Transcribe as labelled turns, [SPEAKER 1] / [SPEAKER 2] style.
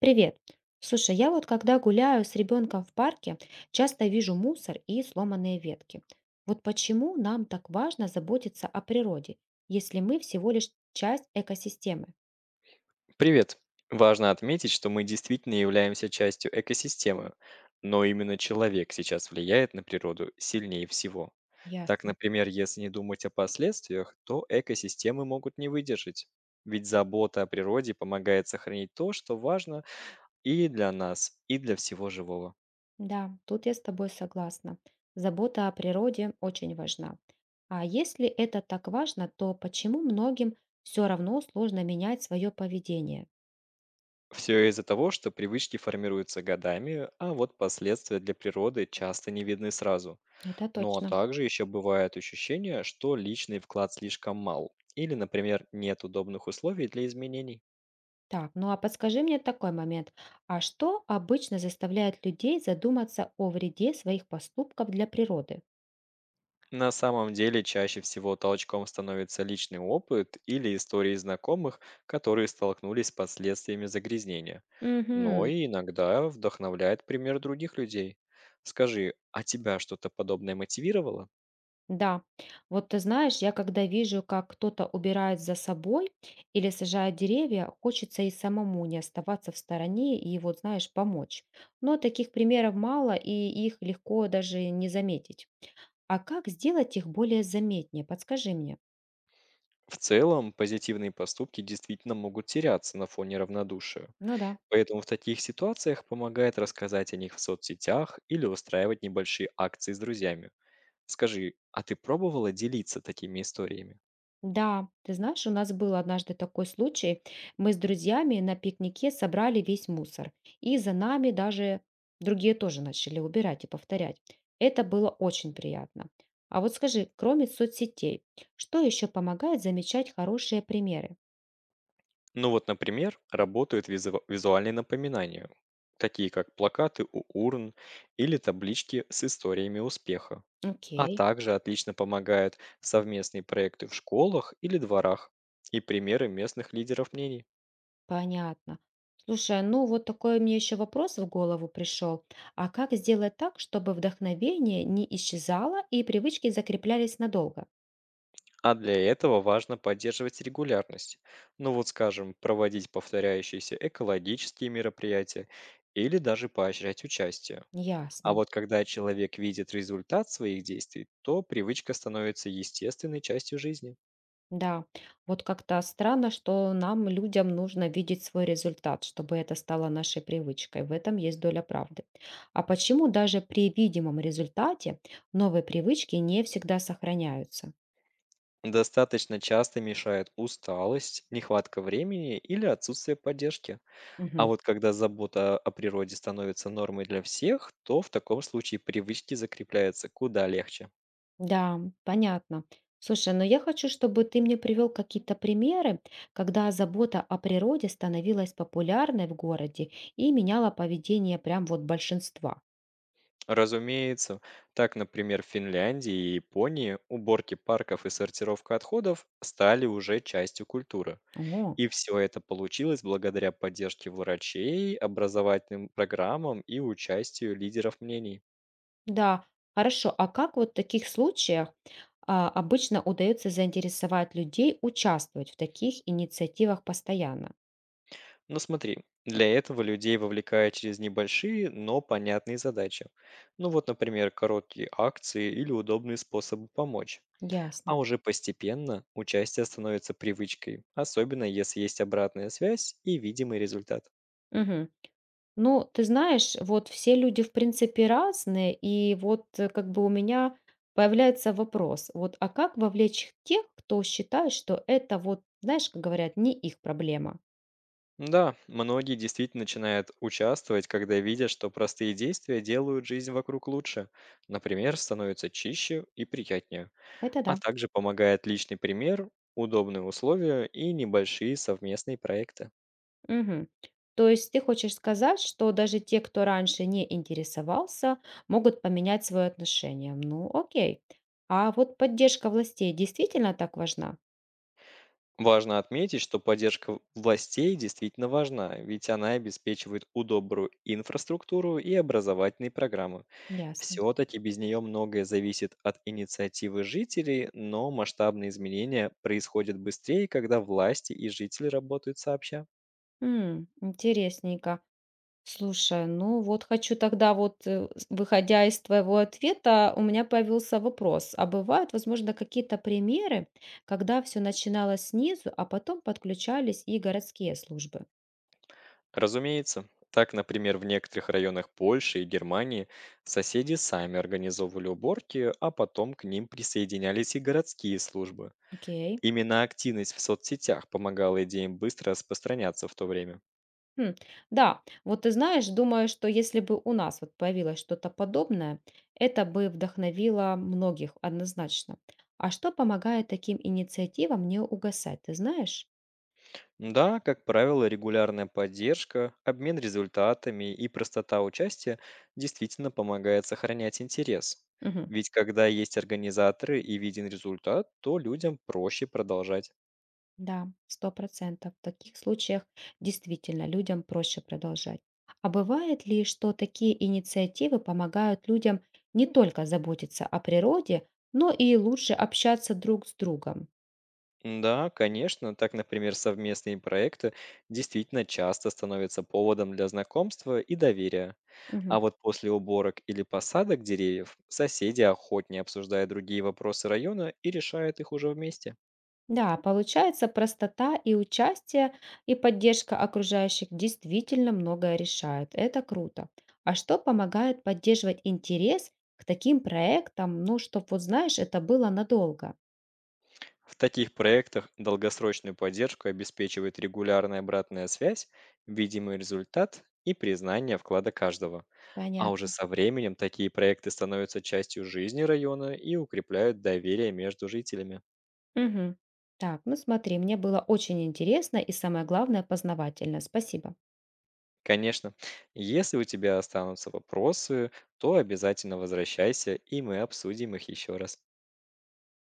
[SPEAKER 1] Привет. Слушай, я вот когда гуляю с ребенком в парке, часто вижу мусор и сломанные ветки. Вот почему нам так важно заботиться о природе, если мы всего лишь часть экосистемы?
[SPEAKER 2] Привет! Важно отметить, что мы действительно являемся частью экосистемы, но именно человек сейчас влияет на природу сильнее всего. Так,
[SPEAKER 1] Ясно.
[SPEAKER 2] например, если не думать о последствиях, то экосистемы могут не выдержать. Ведь забота о природе помогает сохранить то, что важно и для нас, и для всего живого.
[SPEAKER 1] Да, тут я с тобой согласна. Забота о природе очень важна. А если это так важно, то почему многим все равно сложно менять свое поведение?
[SPEAKER 2] Все из-за того, что привычки формируются годами, а вот последствия для природы часто не видны сразу.
[SPEAKER 1] Это
[SPEAKER 2] Ну а
[SPEAKER 1] точно.
[SPEAKER 2] также еще бывает ощущение, что личный вклад слишком мал или, например, нет удобных условий для изменений.
[SPEAKER 1] Так, ну а подскажи мне такой момент. А что обычно заставляет людей задуматься о вреде своих поступков для природы?
[SPEAKER 2] На самом деле чаще всего толчком становится личный опыт или истории знакомых, которые столкнулись с последствиями загрязнения. Но
[SPEAKER 1] Угу.
[SPEAKER 2] и иногда вдохновляет пример других людей. Скажи, а тебя что-то подобное мотивировало?
[SPEAKER 1] Да, вот ты знаешь, я когда вижу, как кто-то убирает за собой или сажает деревья, хочется и самому не оставаться в стороне и вот, знаешь, помочь. Но таких примеров мало, и их легко даже не заметить. А как сделать их более заметнее? Подскажи мне.
[SPEAKER 2] В целом, позитивные поступки действительно могут теряться на фоне равнодушия.
[SPEAKER 1] Ну да.
[SPEAKER 2] Поэтому в таких ситуациях помогает рассказать о них в соцсетях или устраивать небольшие акции с друзьями. Скажи, а ты пробовала делиться такими историями?
[SPEAKER 1] Да, ты знаешь, у нас был однажды такой случай. Мы с друзьями на пикнике собрали весь мусор. И за нами даже другие тоже начали убирать и повторять. Это было очень приятно. А вот скажи, кроме соцсетей, что еще помогает замечать хорошие примеры?
[SPEAKER 2] Ну вот, например, работают визуальные напоминания, такие как плакаты у урн или таблички с историями успеха. А
[SPEAKER 1] Окей,
[SPEAKER 2] также отлично помогают совместные проекты в школах или дворах и примеры местных лидеров мнений.
[SPEAKER 1] понятно. Слушай, ну вот такой мне еще вопрос в голову пришел. А как сделать так, чтобы вдохновение не исчезало и привычки закреплялись надолго?
[SPEAKER 2] А для этого важно поддерживать регулярность. Ну вот, скажем, проводить повторяющиеся экологические мероприятия или даже поощрять участие. А
[SPEAKER 1] Ясно.
[SPEAKER 2] вот когда человек видит результат своих действий, то привычка становится естественной частью жизни.
[SPEAKER 1] Да, вот как-то странно, что нам, людям, нужно видеть свой результат, чтобы это стало нашей привычкой. В этом есть доля правды. А почему даже при видимом результате новые привычки не всегда сохраняются?
[SPEAKER 2] Достаточно часто мешает усталость, нехватка времени или отсутствие поддержки. А
[SPEAKER 1] Мгм.
[SPEAKER 2] вот когда забота о природе становится нормой для всех, то в таком случае привычки закрепляются куда легче.
[SPEAKER 1] Да, понятно. Слушай, но я хочу, чтобы ты мне привел какие-то примеры, когда забота о природе становилась популярной в городе и меняла поведение прям вот большинства.
[SPEAKER 2] Разумеется, так, например, в Финляндии и Японии уборки парков и сортировка отходов стали уже частью культуры.
[SPEAKER 1] О.
[SPEAKER 2] И все это получилось благодаря поддержке врачей, образовательным программам и участию лидеров мнений.
[SPEAKER 1] Да, хорошо. А как вот в таких случаях обычно удается заинтересовать людей участвовать в таких инициативах постоянно?
[SPEAKER 2] Но смотри, для этого людей вовлекают через небольшие, но понятные задачи. Ну вот, например, короткие акции или удобные способы помочь.
[SPEAKER 1] Ясно.
[SPEAKER 2] А уже постепенно участие становится привычкой, особенно если есть обратная связь и видимый результат.
[SPEAKER 1] Мгм. Ну, ты знаешь, вот все люди в принципе разные, и вот как бы у меня появляется вопрос, вот а как вовлечь тех, кто считает, что это вот, знаешь, как говорят, не их проблема?
[SPEAKER 2] Да, многие действительно начинают участвовать, когда видят, что простые действия делают жизнь вокруг лучше. Например, становится чище и приятнее.
[SPEAKER 1] Это
[SPEAKER 2] А
[SPEAKER 1] да.
[SPEAKER 2] также помогает личный пример, удобные условия и небольшие совместные проекты.
[SPEAKER 1] Мгм. То есть ты хочешь сказать, что даже те, кто раньше не интересовался, могут поменять свое отношение. Ну, окей. А вот поддержка властей действительно так важна?
[SPEAKER 2] Важно отметить, что поддержка властей действительно важна, ведь она обеспечивает удобрую инфраструктуру и образовательные программы.
[SPEAKER 1] Ясно.
[SPEAKER 2] Все-таки без нее многое зависит от инициативы жителей, но масштабные изменения происходят быстрее, когда власти и жители работают сообща.
[SPEAKER 1] М, интересненько. Слушай, ну вот хочу тогда вот, выходя из твоего ответа, у меня появился вопрос. А бывают, возможно, какие-то примеры, когда все начиналось снизу, а потом подключались и городские службы?
[SPEAKER 2] Разумеется, так, например, в некоторых районах Польши и Германии соседи сами организовывали уборки, а потом к ним присоединялись и городские службы.
[SPEAKER 1] Окей.
[SPEAKER 2] Именно активность в соцсетях помогала идеям быстро распространяться в то время.
[SPEAKER 1] Хм, да, вот ты знаешь, думаю, что если бы у нас вот появилось что-то подобное, это бы вдохновило многих однозначно. А что помогает таким инициативам не угасать, ты знаешь?
[SPEAKER 2] Да, как правило, регулярная поддержка, обмен результатами и простота участия действительно помогает сохранять интерес.
[SPEAKER 1] Мгм.
[SPEAKER 2] Ведь когда есть организаторы и виден результат, то людям проще продолжать.
[SPEAKER 1] Да, сто процентов. В таких случаях действительно людям проще продолжать. А бывает ли, что такие инициативы помогают людям не только заботиться о природе, но и лучше общаться друг с другом?
[SPEAKER 2] Да, конечно. Так, например, совместные проекты действительно часто становятся поводом для знакомства и доверия. А вот после уборок или посадок деревьев соседи охотнее обсуждают другие вопросы района и решают их уже вместе.
[SPEAKER 1] Да, получается, простота и участие, и поддержка окружающих действительно многое решают. Это круто. А что помогает поддерживать интерес к таким проектам, ну, чтобы, вот знаешь, это было надолго?
[SPEAKER 2] В таких проектах долгосрочную поддержку обеспечивает регулярная обратная связь, видимый результат и признание вклада каждого. А уже
[SPEAKER 1] Понятно.
[SPEAKER 2] со временем такие проекты становятся частью жизни района и укрепляют доверие между жителями.
[SPEAKER 1] Мгм. Так, ну смотри, мне было очень интересно и самое главное познавательно. Спасибо.
[SPEAKER 2] Конечно. Если у тебя останутся вопросы, то обязательно возвращайся, и мы обсудим их еще раз.